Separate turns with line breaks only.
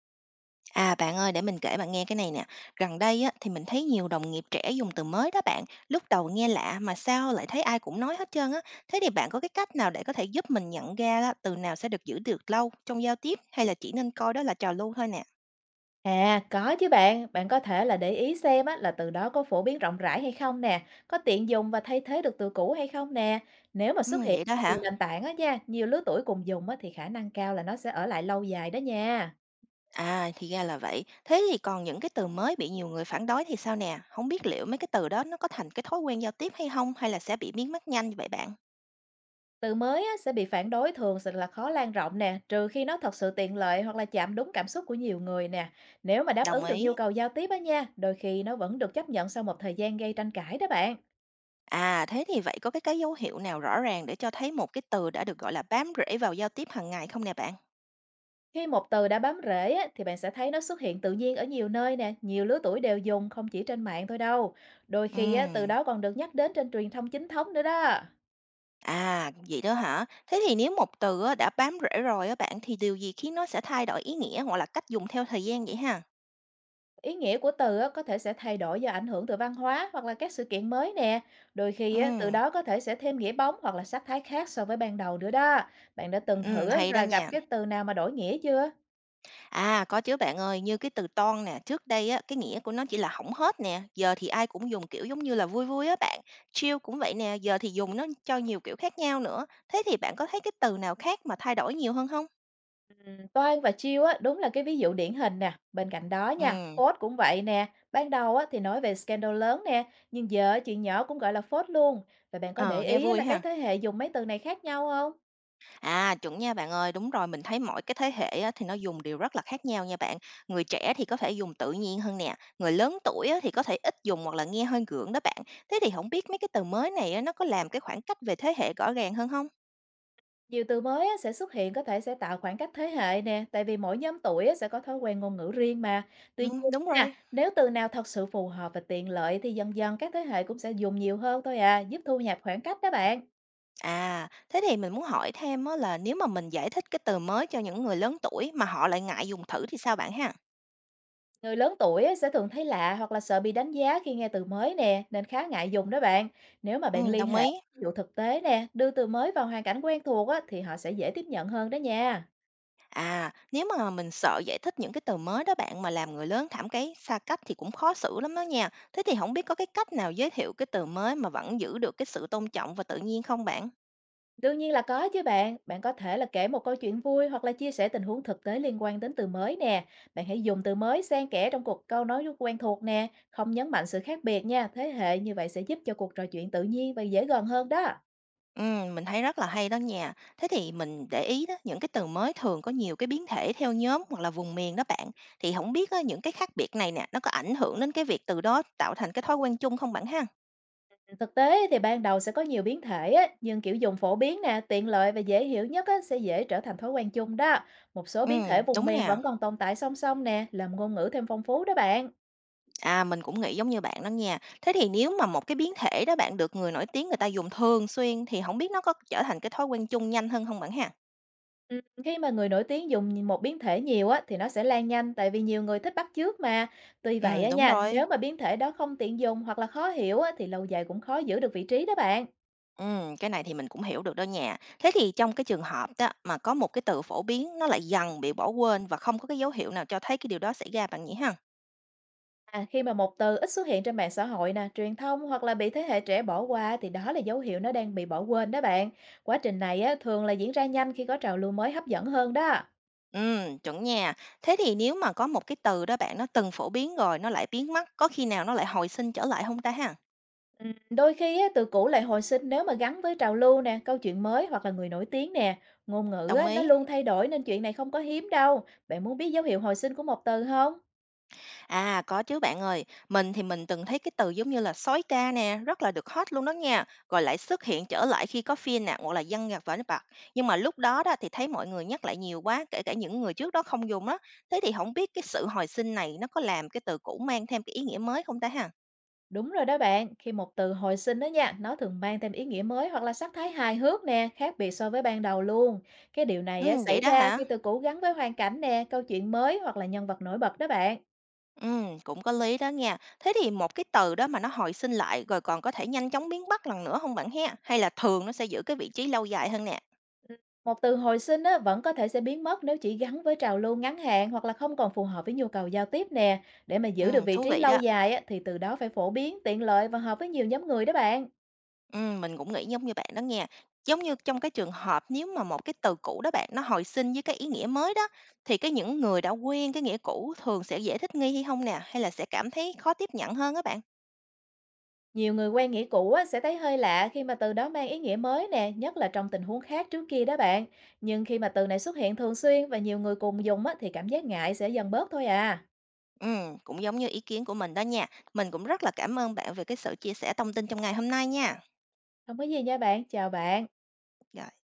À, bạn ơi, để mình kể bạn nghe cái này nè. Gần đây á, thì mình thấy nhiều đồng nghiệp trẻ dùng từ mới đó bạn. Lúc đầu nghe lạ mà sao lại thấy ai cũng nói hết trơn á. Thế thì bạn có cái cách nào để có thể giúp mình nhận ra á, từ nào sẽ được giữ được lâu trong giao tiếp hay là chỉ nên coi đó là trào lưu thôi nè?
À, có chứ bạn, bạn có thể là để ý xem á, là từ đó có phổ biến rộng rãi hay không nè, có tiện dùng và thay thế được từ cũ hay không nè. Nếu mà
Ừ,
xuất hiện
vậy đó
nhiều
hả?
nền tảng á nha, nhiều lứa tuổi cùng dùng á, thì khả năng cao là nó sẽ ở lại lâu dài đó nha.
À, thì ra là vậy. Thế thì còn những cái từ mới bị nhiều người phản đối thì sao nè? Không biết liệu mấy cái từ đó nó có thành cái thói quen giao tiếp hay không hay là sẽ bị biến mất nhanh vậy bạn?
Từ mới á, sẽ bị phản đối thường sẽ là khó lan rộng nè, trừ khi nó thật sự tiện lợi hoặc là chạm đúng cảm xúc của nhiều người nè. Nếu mà đáp
Đồng
ứng được
ý.
nhu cầu giao tiếp á nha, đôi khi nó vẫn được chấp nhận sau một thời gian gây tranh cãi đó bạn.
À, thế thì vậy có cái dấu hiệu nào rõ ràng để cho thấy một cái từ đã được, gọi là, bám rễ vào giao tiếp hàng ngày không nè bạn?
Khi một từ đã bám rễ á, thì bạn sẽ thấy nó xuất hiện tự nhiên ở nhiều nơi nè, nhiều lứa tuổi đều dùng, không chỉ trên mạng thôi đâu. Đôi khi á, từ
Ừm,
đó còn được nhắc đến trên truyền thông chính thống nữa đó.
à, vậy đó hả? Thế thì nếu một từ á đã bám rễ rồi á bạn, thì điều gì khiến nó sẽ thay đổi ý nghĩa hoặc là cách dùng theo thời gian vậy ha?
Ý nghĩa của từ á, có thể sẽ thay đổi do ảnh hưởng từ văn hóa hoặc là các sự kiện mới nè. Đôi khi á, từ
Ừm,
đó có thể sẽ thêm nghĩa bóng hoặc là sắc thái khác so với ban đầu nữa đó. Bạn đã từng thử á,
hay đó
là gặp
nha.
cái từ nào mà đổi nghĩa chưa?
À, có chứ bạn ơi, như cái từ "ton" nè, trước đây á, cái nghĩa của nó chỉ là hỏng hết nè, giờ thì ai cũng dùng, kiểu, giống như là vui vui á bạn. Chill cũng vậy nè, giờ thì dùng nó cho nhiều kiểu khác nhau nữa. Thế thì bạn có thấy cái từ nào khác mà thay đổi nhiều hơn không?
Toan và chiêu á, đúng là cái ví dụ điển hình nè. Bên cạnh đó nha,
Ừ.
Ford cũng vậy nè. Ban đầu á, thì nói về scandal lớn nè, nhưng giờ chuyện nhỏ cũng gọi là Ford luôn. Và bạn có để
Ờ, nghe
ý á,
vui
là các
ha.
thế hệ dùng mấy từ này khác nhau không?
À, chuẩn nha bạn ơi, đúng rồi, mình thấy mỗi cái thế hệ á, thì nó dùng đều rất là khác nhau nha bạn. Người trẻ thì có thể dùng tự nhiên hơn nè, người lớn tuổi á, thì có thể ít dùng hoặc là nghe hơi gượng đó bạn. Thế thì không biết mấy cái từ mới này á, nó có làm cái khoảng cách về thế hệ rõ ràng hơn không?
Nhiều từ mới á, sẽ xuất hiện có thể sẽ tạo khoảng cách thế hệ nè, tại vì mỗi nhóm tuổi á, sẽ có thói quen ngôn ngữ riêng mà. Tuy nhiên
Ừ,
á
đúng
nha,
rồi.
nếu từ nào thật sự phù hợp và tiện lợi thì dần dần các thế hệ cũng sẽ dùng nhiều hơn thôi à, giúp thu hẹp khoảng cách đó bạn.
À, thế thì mình muốn hỏi thêm á, là nếu mà mình giải thích cái từ mới cho những người lớn tuổi mà họ lại ngại dùng thử thì sao bạn ha?
Người lớn tuổi á, sẽ thường thấy lạ hoặc là sợ bị đánh giá khi nghe từ mới nè, nên khá ngại dùng đó bạn. Nếu mà bạn
Ừ,
liên
đồng
hệ
ý.
ví dụ thực tế nè, đưa từ mới vào hoàn cảnh quen thuộc á, thì họ sẽ dễ tiếp nhận hơn đó nha.
À, nếu mà mình sợ giải thích những cái từ mới đó bạn mà làm người lớn cảm thấy xa cách thì cũng khó xử lắm đó nha. Thế thì không biết có cái cách nào giới thiệu cái từ mới mà vẫn giữ được cái sự tôn trọng và tự nhiên không bạn?
Đương nhiên là có chứ bạn, bạn có thể là kể một câu chuyện vui hoặc là chia sẻ tình huống thực tế liên quan đến từ mới nè. Bạn hãy dùng từ mới xen kẽ trong cuộc câu nói quen thuộc nè, không nhấn mạnh sự khác biệt nha, thế hệ như vậy sẽ giúp cho cuộc trò chuyện tự nhiên và dễ gần hơn đó.
Ừ, mình thấy rất là hay đó nha. Thế thì mình để ý đó, những cái từ mới thường có nhiều cái biến thể theo nhóm hoặc là vùng miền đó bạn. Thì không biết á, những cái khác biệt này nè, nó có ảnh hưởng đến cái việc từ đó tạo thành cái thói quen chung không bạn ha?
Thực tế thì ban đầu sẽ có nhiều biến thể á, nhưng kiểu dùng phổ biến nè, tiện lợi và dễ hiểu nhất á, sẽ dễ trở thành thói quen chung đó. Một số
Ừ,
biến thể vùng
đúng
miền
nè.
vẫn còn tồn tại song song nè, làm ngôn ngữ thêm phong phú đó bạn.
À, mình cũng nghĩ giống như bạn đó nha. Thế thì nếu mà một cái biến thể đó bạn được người nổi tiếng người ta dùng thường xuyên thì không biết nó có trở thành cái thói quen chung nhanh hơn không bạn ha?
Ừ, khi mà người nổi tiếng dùng một biến thể nhiều á, thì nó sẽ lan nhanh tại vì nhiều người thích bắt chước mà. Tuy vậy
Ừ,
á
đúng
nha,
rồi.
nếu mà biến thể đó không tiện dùng hoặc là khó hiểu á, thì lâu dài cũng khó giữ được vị trí đó bạn.
Ừ, cái này thì mình cũng hiểu được đó nha. Thế thì trong cái trường hợp đó mà có một cái từ phổ biến nó lại dần bị bỏ quên và không có cái dấu hiệu nào cho thấy cái điều đó xảy ra bạn nhỉ ha?
À, khi mà một từ ít xuất hiện trên mạng xã hội nè, truyền thông hoặc là bị thế hệ trẻ bỏ qua thì đó là dấu hiệu nó đang bị bỏ quên đó bạn. Quá trình này á, thường là diễn ra nhanh khi có trào lưu mới hấp dẫn hơn đó.
Ừ, chuẩn nha. Thế thì nếu mà có một cái từ đó bạn nó từng phổ biến rồi nó lại biến mất, có khi nào nó lại hồi sinh trở lại không ta ha?
Đôi khi á, từ cũ lại hồi sinh nếu mà gắn với trào lưu nè, câu chuyện mới hoặc là người nổi tiếng nè. Ngôn ngữ
Đồng
á, nó
ý.
luôn thay đổi nên chuyện này không có hiếm đâu. Bạn muốn biết dấu hiệu hồi sinh của một từ không?
À, có chứ bạn ơi, mình thì mình từng thấy cái từ giống như là sói ca nè, rất là được hot luôn đó nha, rồi lại xuất hiện trở lại khi có phim nè, hoặc là dân gạt vào nước bạc. Nhưng mà lúc đó đó thì thấy mọi người nhắc lại nhiều quá, kể cả những người trước đó không dùng đó. Thế thì không biết cái sự hồi sinh này nó có làm cái từ cũ mang thêm cái ý nghĩa mới không ta ha?
Đúng rồi đó bạn, khi một từ hồi sinh đó nha, nó thường mang thêm ý nghĩa mới hoặc là sắc thái hài hước nè, khác biệt so với ban đầu luôn. Cái điều này á,
Ừ, vậy
xảy
đó
ra
hả?
khi từ cũ gắn với hoàn cảnh nè, câu chuyện mới hoặc là nhân vật nổi bật đó bạn.
Ừ, cũng có lý đó nha. Thế thì một cái từ đó mà nó hồi sinh lại rồi còn có thể nhanh chóng biến mất lần nữa không bạn he? Hay là thường nó sẽ giữ cái vị trí lâu dài hơn nè?
Ừ, một từ hồi sinh á, vẫn có thể sẽ biến mất nếu chỉ gắn với trào lưu ngắn hạn hoặc là không còn phù hợp với nhu cầu giao tiếp nè. Để mà giữ được
Ừ,
vị
thú
trí
vị
lâu
đó.
dài á, thì từ đó phải phổ biến, tiện lợi và hợp với nhiều nhóm người đó bạn.
Mình cũng nghĩ giống như bạn đó nha. Giống như trong cái trường hợp nếu mà một cái từ cũ đó bạn, nó hồi sinh với cái ý nghĩa mới đó, thì cái những người đã quen cái nghĩa cũ thường sẽ dễ thích nghi hay không nè? Hay là sẽ cảm thấy khó tiếp nhận hơn các bạn?
Nhiều người quen nghĩa cũ á, sẽ thấy hơi lạ khi mà từ đó mang ý nghĩa mới nè, nhất là trong tình huống khác trước kia đó bạn. Nhưng khi mà từ này xuất hiện thường xuyên và nhiều người cùng dùng á, thì cảm giác ngại sẽ dần bớt thôi à.
Cũng giống như ý kiến của mình đó nha. Mình cũng rất là cảm ơn bạn về cái sự chia sẻ thông tin trong ngày hôm nay nha.
Không có gì nha bạn, chào bạn.
Rồi.